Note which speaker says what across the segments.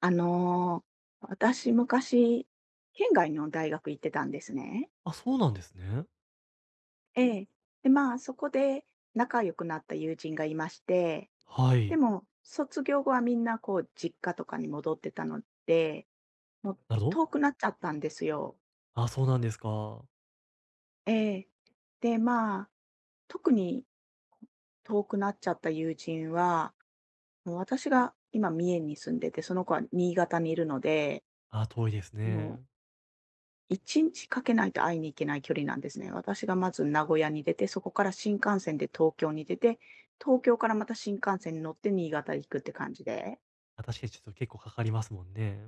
Speaker 1: あの、私、昔、県外の大学行ってたんですね。
Speaker 2: あ、そうなんですね。
Speaker 1: ええ。で、まあ、そこで仲良くなった友人がいまして、
Speaker 2: は
Speaker 1: で
Speaker 2: い。
Speaker 1: も、卒業後はみんな、こう、実家とかに戻ってたので、もう
Speaker 2: なるほど。
Speaker 1: 遠くなっちゃったんですよ。
Speaker 2: あ、そうなんですか。
Speaker 1: ええ。で、まあ、特に遠くなっちゃった友人は、もう私が今、三重に住んでて、その子は新潟にいるので、
Speaker 2: あ、遠いです
Speaker 1: も
Speaker 2: ね。
Speaker 1: う1日かけないと会いに行けない距離なんですね。私がまず名古屋に出て、そこから新幹線で東京に出て、東京からまた新幹線に乗って新潟行くって感じで。
Speaker 2: まあ、確かにちょっと結構かかりますもんね。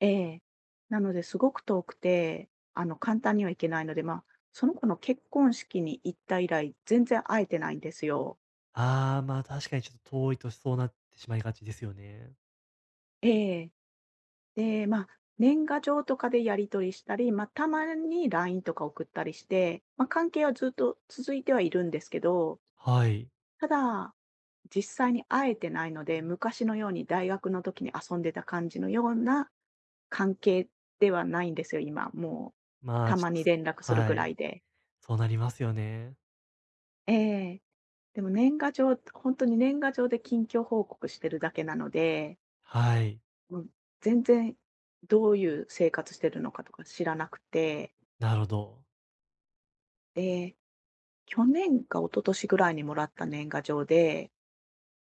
Speaker 1: ええ。なので、すごく遠くて、簡単には行けないので、まあ、その子の結婚式に行った以来、全然会えてないんですよ。
Speaker 2: ああ、まあ、確かにちょっと遠いとそうなってしまいがちですよね。
Speaker 1: ええ。で、まあ、年賀状とかでやり取りしたり、まあ、たまに LINE とか送ったりして、まあ、関係はずっと続いてはいるんですけど。
Speaker 2: はい。
Speaker 1: ただ、実際に会えてないので、昔のように大学の時に遊んでた感じのような関係ではないんですよ、今。もう、
Speaker 2: まあ、
Speaker 1: た
Speaker 2: ちょ
Speaker 1: ま
Speaker 2: っ
Speaker 1: に
Speaker 2: とそ
Speaker 1: 連絡する
Speaker 2: は
Speaker 1: ぐら
Speaker 2: い。
Speaker 1: いで。
Speaker 2: そうなりますよね。
Speaker 1: ええ。でも年賀状、本当に年賀状で近況報告してるだけなので、
Speaker 2: はい。
Speaker 1: もう全然どういう生活してるのかとか知らなくて、
Speaker 2: なるほど。
Speaker 1: で、去年か一昨年ぐらいにもらった年賀状で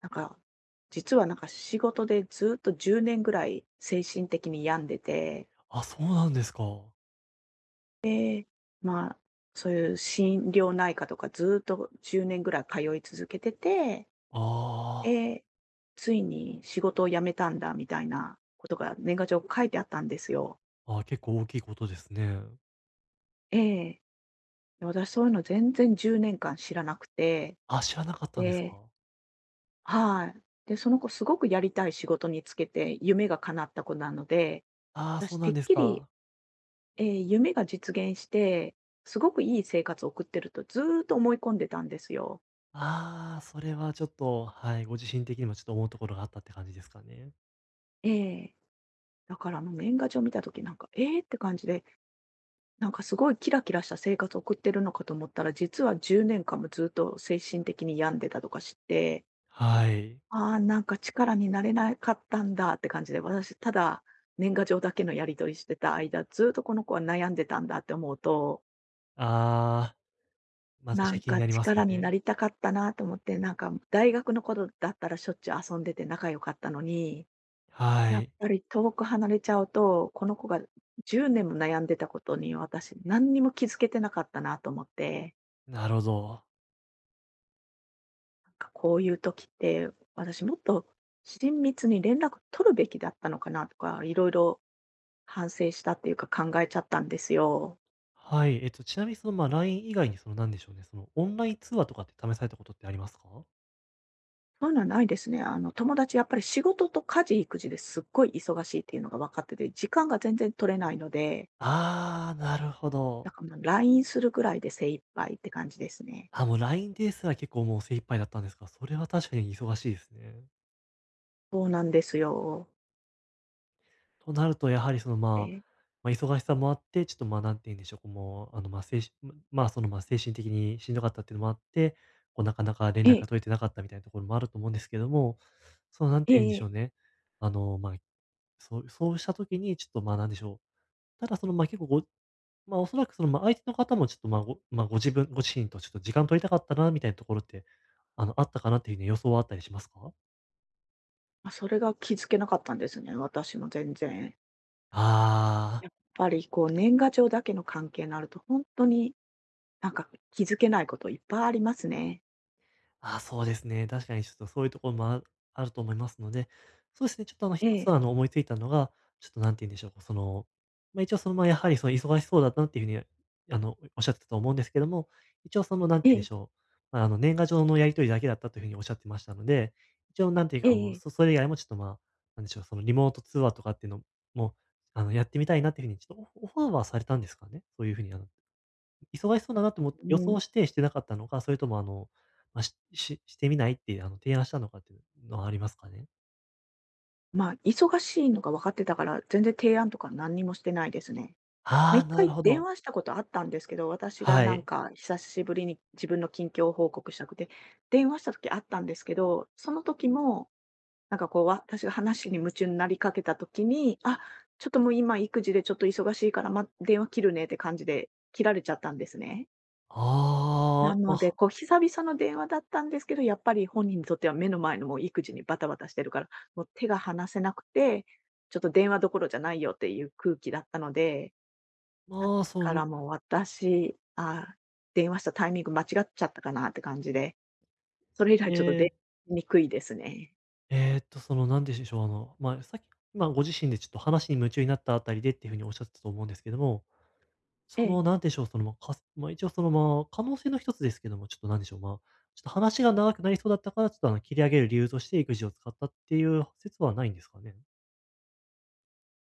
Speaker 1: なんか、実はなんか仕事でずっと10年ぐらい精神的に病んでて、
Speaker 2: あ、そうなんですか。
Speaker 1: まあ、そういう心療内科とかずっと10年ぐらい通い続けてて、
Speaker 2: ああ。
Speaker 1: で、ついに仕事を辞めたんだみたいなことが年賀状書いてあったんですよ。
Speaker 2: あー、結構大きいことですね。
Speaker 1: ええ。で私そういうの全然10年間知らなくて、
Speaker 2: あ、知らなかったんです
Speaker 1: で、
Speaker 2: か。
Speaker 1: はい。で、その子すごくやりたい仕事につけて、夢が叶った子なので、
Speaker 2: ああ、そ
Speaker 1: 私
Speaker 2: うな
Speaker 1: て
Speaker 2: ん
Speaker 1: っ
Speaker 2: です
Speaker 1: きり
Speaker 2: か。
Speaker 1: 夢が実現して、すごくいい生活を送ってるとずーっと思い込んでたんですよ。
Speaker 2: ああ、それはちょっと、はい、ご自身的にもちょっと思うところがあったって感じですかね。
Speaker 1: ええ。だからあの年賀状見た時なんか、ええって感じで、なんかすごいキラキラした生活を送ってるのかと思ったら、実は10年間もずっと精神的に病んでたとかして、
Speaker 2: はい。
Speaker 1: ああ、なんか力になれなかったんだって感じで、私ただ年賀状だけのやり取りしてた間、ずっとこの子は悩んでたんだって思うと
Speaker 2: ああ、ま、確
Speaker 1: な
Speaker 2: かに
Speaker 1: ん
Speaker 2: 気に
Speaker 1: か
Speaker 2: なりますよ
Speaker 1: 力に
Speaker 2: ね。
Speaker 1: なりたかったなと思って、なんか大学の頃だったらしょっちゅう遊んでて仲良かったのに、
Speaker 2: は
Speaker 1: やっ
Speaker 2: い。
Speaker 1: ぱり遠く離れちゃうと、この子が10年も悩んでたことに私何にも気づけてなかったなと思って、
Speaker 2: なるほど。
Speaker 1: なんかこういう時って私もっと親密に連絡取るべきだったのかなとか、いろいろ反省したっていうか考えちゃったんですよ。
Speaker 2: はい。ちなみにその、まあ、LINE 以外にその、なんでしょうね、その、オンライン通話とかって試されたことってありますか？
Speaker 1: そういうのはないですね。友達やっぱり仕事と家事育児ですっごい忙しいっていうのが分かってて、時間が全然取れないので、
Speaker 2: ああー、なるほ
Speaker 1: だ
Speaker 2: ど。
Speaker 1: からもう LINE するぐらいで精一杯って感じですね。
Speaker 2: あ、もう LINE ですら結構もう精一杯だったんですか。それは確かに忙しいですね。
Speaker 1: そうなんですよ。
Speaker 2: となると、やはりその、
Speaker 1: え
Speaker 2: まあ、
Speaker 1: え
Speaker 2: 忙しさもあって、ちょっと、まあ、なんて言うんでしょう、こう、もう、あの、まあ、まあ、その、まあ、精神的にしんどかったっていうのもあって、こう、なかなか連絡が
Speaker 1: え
Speaker 2: 取れてなかったみたいなところもあると思うんですけども、その、なん
Speaker 1: え
Speaker 2: て言うんで
Speaker 1: え
Speaker 2: しょう
Speaker 1: え。
Speaker 2: ね、あの、まあ、そうした時に、ちょっと、まあ、なんでしょう、ただ、その、まあ、結構、まあ、おそらく、その、まあ、相手の方も、ちょっと、ま、まあ、ご自身とちょっと時間取りたかったなみたいなところって、あの、あったかなっていう風に予想はあったりしますか？
Speaker 1: まあ、それが気づけなかったんですね、私も全然。
Speaker 2: ああ
Speaker 1: やっ
Speaker 2: ー。
Speaker 1: ぱりこう年賀状だけの関係になると、本当になんか気づけないこといっぱいありますね。
Speaker 2: あ、そうですね。確かにちょっとそういうところもあると思いますので、そうですね、ちょっとあの一
Speaker 1: え
Speaker 2: つ
Speaker 1: え、
Speaker 2: あの思いついたのが、ちょっとなんて言うんでしょう、その、まあ、一応その、ま、やはりその忙しそうだなっていうふうに、あの、おっしゃってたと思うんですけども、一応そのなんて
Speaker 1: え
Speaker 2: 言うんで
Speaker 1: え、
Speaker 2: しょう、まあ、あの年賀状のやり取りだけだったというふうにおっしゃってましたので、一応なんていう
Speaker 1: え
Speaker 2: か、
Speaker 1: え
Speaker 2: も
Speaker 1: え
Speaker 2: う、
Speaker 1: え。
Speaker 2: それ以外もちょっと、まあ、なんでしょう、そのリモート通話とかっていうのも、あの、やってみたいなっていうふうにちょっとオファーはされたんですかね？そういうふうにあの忙しそうだなと思って
Speaker 1: う
Speaker 2: 予想
Speaker 1: ん、
Speaker 2: してしてなかったのか、それともあの、まあ、してみないってあの、提案したのかっていうのはありますかね？
Speaker 1: まあ、忙しいのが分かってたから、全然提案とか何にもしてないですね。ま、
Speaker 2: あ
Speaker 1: 1
Speaker 2: あ、なる
Speaker 1: 回
Speaker 2: ほ
Speaker 1: 電
Speaker 2: ど。
Speaker 1: 話したことあったんですけど、私が
Speaker 2: は
Speaker 1: なん
Speaker 2: い。
Speaker 1: か久しぶりに自分の近況報告したくて、電話した時あったんですけど、その時も、なんかこう、私が話に夢中になりかけた時に、あ、ちょっともう今育児でちょっと忙しいから、ま、電話切るねって感じで切られちゃったんですね。な
Speaker 2: ああ、
Speaker 1: ので、こう久々の電話だったんですけど、やっぱり本人にとっては目の前のもう育児にバタバタしてるから、もう手が離せなくて、ちょっと電話どころじゃないよっていう空気だったので、だ
Speaker 2: まあ、そ
Speaker 1: か
Speaker 2: の、
Speaker 1: らもう私、あ、電話したタイミング間違っちゃったかなって感じで、それ以
Speaker 2: え
Speaker 1: 来ちょっと出
Speaker 2: え、
Speaker 1: にくいですね。
Speaker 2: その、なんでしょう、あの、まあ、さっき、まあ、ご自身でちょっと話に夢中になったあたりでっていうふうにおっしゃってたと思うんですけども、
Speaker 1: え
Speaker 2: そ
Speaker 1: え。
Speaker 2: の、なんでしょう、その、まあ、まあ、一応その、まあ、可能性の一つですけども、ちょっとなんでしょう、まあ、ちょっと話が長くなりそうだったから、ちょっとあの、切り上げる理由として育児を使ったっていう説はないんですかね？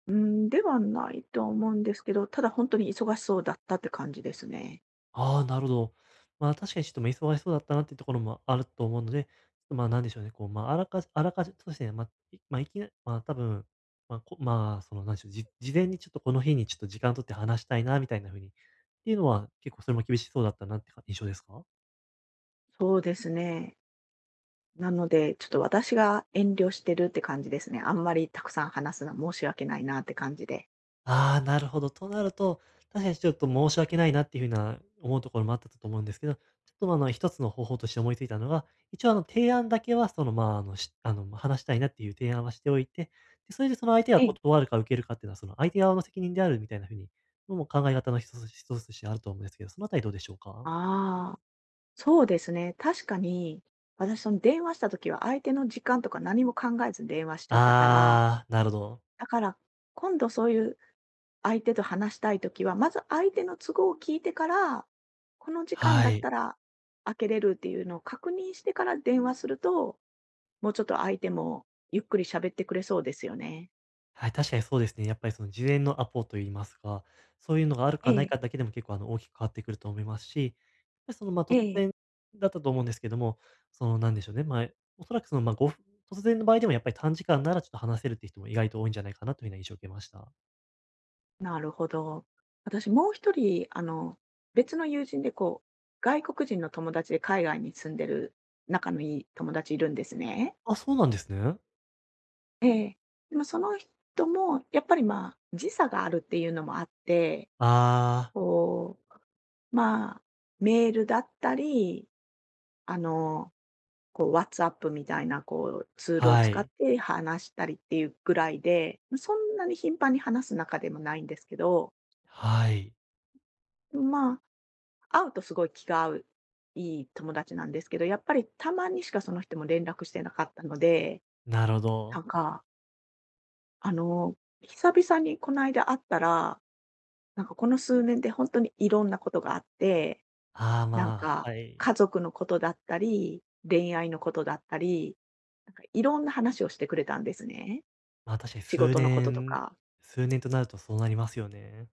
Speaker 1: うーん、ではないと思うんですけど、ただ本当に忙しそうだったって感じですね。
Speaker 2: ああ、なるほど。まあ、確かにちょっと、ま、忙しそうだったなっていうところもあると思うので、ちょっと、ま、なんでしょうね、こう、ま、ああらかじあらかじそうですね、まあ、いま、いきなま、多分、まあ、その、なんでしょう、事前にちょっとこの日にちょっと時間取って話したいなみたいな風にっていうのは、結構それも厳しそうだったなってか印象ですか？
Speaker 1: そうですね。なので、ちょっと私が遠慮してるって感じですね。あんまりたくさん話すのは申し訳ないなって感じで。
Speaker 2: ああ、なるほど。となると、確かにちょっと申し訳ないなっていうふうな思うところもあったと思うんですけど、ちょっとまああの一つの方法として思いついたのが、一応あの提案だけはそのまああのあのまあ話したいなっていう提案はしておいて、でそれでその相手が
Speaker 1: ええ。
Speaker 2: 断るか受けるかっていうのはその相手側の責任であるみたいなふうに、のもう考え方の一つ一つとしてあると思うんですけど、そのあたりどうでしょうか？
Speaker 1: ああ、そうですね。確かに、私その電話した時は相手の時間とか何も考えず電話しちゃったから、
Speaker 2: ああー、なるほど。
Speaker 1: だから、今度そういう相手と話したいときは、まず相手の都合を聞いてから、この時間
Speaker 2: は
Speaker 1: だっ
Speaker 2: い。
Speaker 1: たら開けれるっていうのを確認してから電話すると、もうちょっと相手もゆっくり喋ってくれそうですよね。
Speaker 2: はい、確かにそうですね。やっぱりその事前のアポといいますか、そういうのがある
Speaker 1: え
Speaker 2: かない
Speaker 1: え、
Speaker 2: かだけでも結構あの大きく変わってくると思いますし、やっぱりそのまあ
Speaker 1: え
Speaker 2: 突然
Speaker 1: え。
Speaker 2: だったと思うんですけども、そのなんでしょうね、まあ、おそらくそのまあごふん突然の場合でもやっぱり短時間ならちょっと話せるって人も意外と多いんじゃないかなというような印象を受けました。
Speaker 1: なるほど。私もう一人、別の友人でこう、外国人の友達で海外に住んでる仲のいい友達いるんですね。
Speaker 2: あ、そうなんですね。
Speaker 1: ええ。でもその人もやっぱり、まあ、時差があるっていうのもあって
Speaker 2: ああ、
Speaker 1: こう、まあ、メールだったり、あの、こう、WhatsApp みたいな、こう、ツールを
Speaker 2: は
Speaker 1: 使っ
Speaker 2: い。
Speaker 1: て話したりっていうぐらいで、そんなに頻繁に話す仲でもないんですけど、
Speaker 2: はい。
Speaker 1: まあ、会うとすごい気が合う、いい友達なんですけど、やっぱりたまにしかその人も連絡してなかったので、
Speaker 2: なるほ
Speaker 1: な
Speaker 2: ど。
Speaker 1: んか、あの、久々にこの間会ったら、なんかこの数年で本当にいろんなことがあって
Speaker 2: ああ、
Speaker 1: なん
Speaker 2: まあ、
Speaker 1: か、
Speaker 2: はい。
Speaker 1: 家族のことだったり、恋愛のことだったり、なんかいろんな話をしてくれたんですね。
Speaker 2: まあ確かに
Speaker 1: 仕事のこととか。
Speaker 2: 数年となるとそうなりますよね。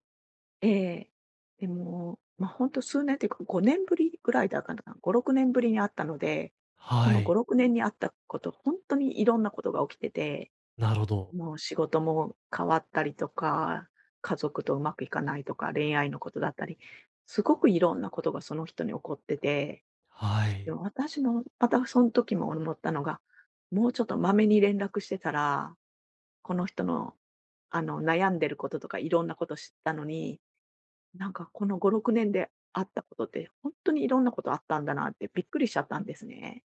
Speaker 1: ええ。でも、まあ、ほんと数年っていうか、5年ぶりぐらいだからごろくねんかな、5、6年ぶりに会ったので、そ
Speaker 2: は
Speaker 1: の5、
Speaker 2: い。
Speaker 1: 6年にあったこと、ほんとにいろんなことが起きてて、
Speaker 2: なるほど。
Speaker 1: もう仕事も変わったりとか、家族とうまくいかないとか、恋愛のことだったり、すごくいろんなことがその人に起こってて、
Speaker 2: は
Speaker 1: で
Speaker 2: い。
Speaker 1: も私も、またその時も思ったのが、もうちょっとまめに連絡してたら、この人の、悩んでることとかいろんなこと知ったのに、なんかこの5、6年であったことって、本当にいろんなことあったんだなってびっくりしちゃったんですね。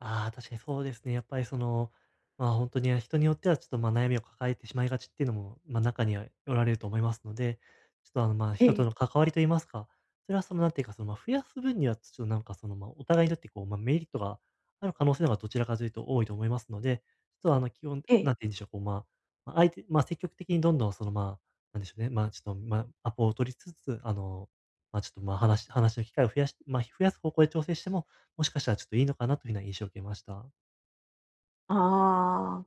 Speaker 2: ああ、確かにそうですね。やっぱりその、まあ、本当に人によってはちょっと、ま、悩みを抱えてしまいがちっていうのも、ま、中にはおられると思いますので、ちょっと、あの、ま、
Speaker 1: え
Speaker 2: 人と
Speaker 1: え、
Speaker 2: の関わりと言いますか、それはその、なんていうか、その、ま、増やす分には、ちょっとなんかその、ま、お互いにとって、こう、ま、メリットがある可能性の方がどちらかというと多いと思いますので、ちょっと、あの、基本
Speaker 1: ええ。
Speaker 2: なんて言うんでしょう、こう、まあ、ま、ま、積極的にどんどんその、まあ、なんでしょうね、ま、ちょっと、ま、アポを取りつつ、あの、ま、ちょっと、ま、話の機会を増やす方向で調整しても、もしかしたらちょっといいのかなというふうな印象を受けました。
Speaker 1: ああ、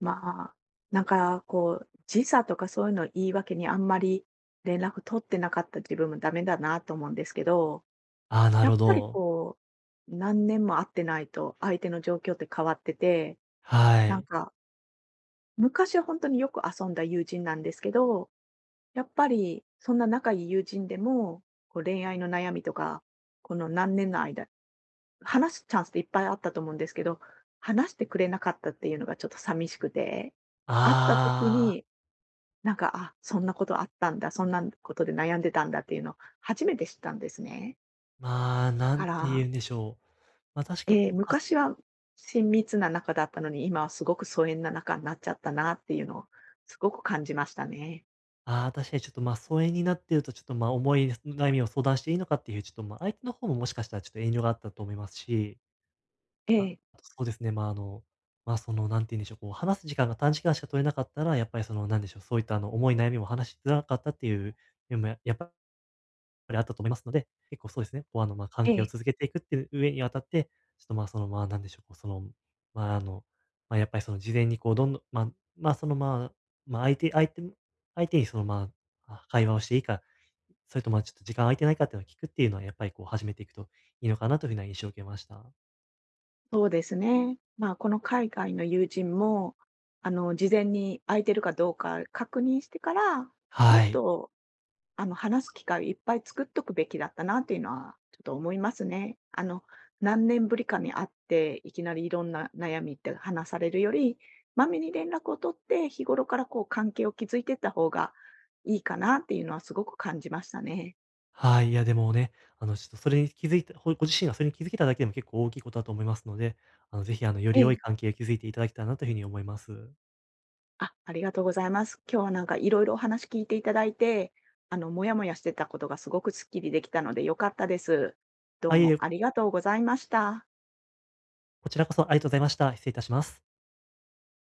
Speaker 1: まあ、なんかこう、時差とかそういうのを言い訳にあんまり連絡取ってなかった自分もダメだなと思うんですけど、
Speaker 2: ああ、な
Speaker 1: や
Speaker 2: るほ
Speaker 1: っぱり
Speaker 2: ど。
Speaker 1: こう、何年も会ってないと、相手の状況って変わってて、
Speaker 2: は
Speaker 1: なん
Speaker 2: い。
Speaker 1: か、昔は本当によく遊んだ友人なんですけど、やっぱりそんな仲いい友人でも、こう恋愛の悩みとか、この何年の間、話すチャンスっていっぱいあったと思うんですけど、話してくれなかったっていうのがちょっと寂しくて、会った時
Speaker 2: ああ、
Speaker 1: に、なんか、あ、そんなことあったんだ、そんなことで悩んでたんだっていうのを初めて知ったんですね。
Speaker 2: まあ、
Speaker 1: だ
Speaker 2: な
Speaker 1: か
Speaker 2: んて言
Speaker 1: ら、
Speaker 2: うんでしょう。まあ、確か
Speaker 1: ええ、昔は親密な仲だったのに、今はすごく疎遠な仲になっちゃったなっていうのをすごく感じましたね。
Speaker 2: まああ、確かにちょっと、ま、疎遠になってるとちょっと、ま、思い悩みを相談していいのかっていう、ちょっと、ま、相手の方ももしかしたらちょっと遠慮があったと思いますし、
Speaker 1: え
Speaker 2: あ
Speaker 1: え、
Speaker 2: あとそうですね、まあ、あの、まあ、その、なんて言うんでしょう、こう話す時間が短時間しか取れなかったら、やっぱりその、なんでしょう、そういったあの、重い悩みも話しづらかったっていう、でもやっぱりあったと思いますので、結構そうですね、こう、あの、まあ、関
Speaker 1: え
Speaker 2: 係を
Speaker 1: え、
Speaker 2: 続けていくっていう上にあたって、ちょっと、ま、その、まあ、なんでしょう、こう、その、まあ、あの、まあ、やっぱり、その、事前に、こう、どんどん、まあ、その、まあ、相手に、その、ま、あ会話をしていいか、それと、ま、ちょっと時間空いてないかっていうのを聞くっていうのは、やっぱり、こう、始めていくといいのかなというふうな印象を受けました。
Speaker 1: そうですね。まあ、この海外の友人も、事前に空いてるかどうか確認してから、もっ
Speaker 2: はい。
Speaker 1: と話す機会をいっぱい作っとくべきだったなっていうのは、ちょっと思いますね。何年ぶりかに会って、いきなりいろんな悩みって話されるより、まめに連絡を取って、日頃からこう関係を築いていった方がいいかなっていうのはすごく感じましたね。
Speaker 2: はい。いや、でもね、あの、ちょっとそれに気づいたご自身がそれに気づけただけでも結構大きいことだと思いますので、あの、ぜひ、あの、よ
Speaker 1: え
Speaker 2: り良い
Speaker 1: え。
Speaker 2: 関係を築いていただけたらなというふうに思います。
Speaker 1: あ、ありがとうございます。今日はなんかいろいろお話聞いていただいて、もやもやしてたことがすごくすっきりできたので良かったです。どう
Speaker 2: あ、いえい
Speaker 1: もあ
Speaker 2: え。
Speaker 1: りがとうございました。
Speaker 2: こちらこそありがとうございました。失礼いたします。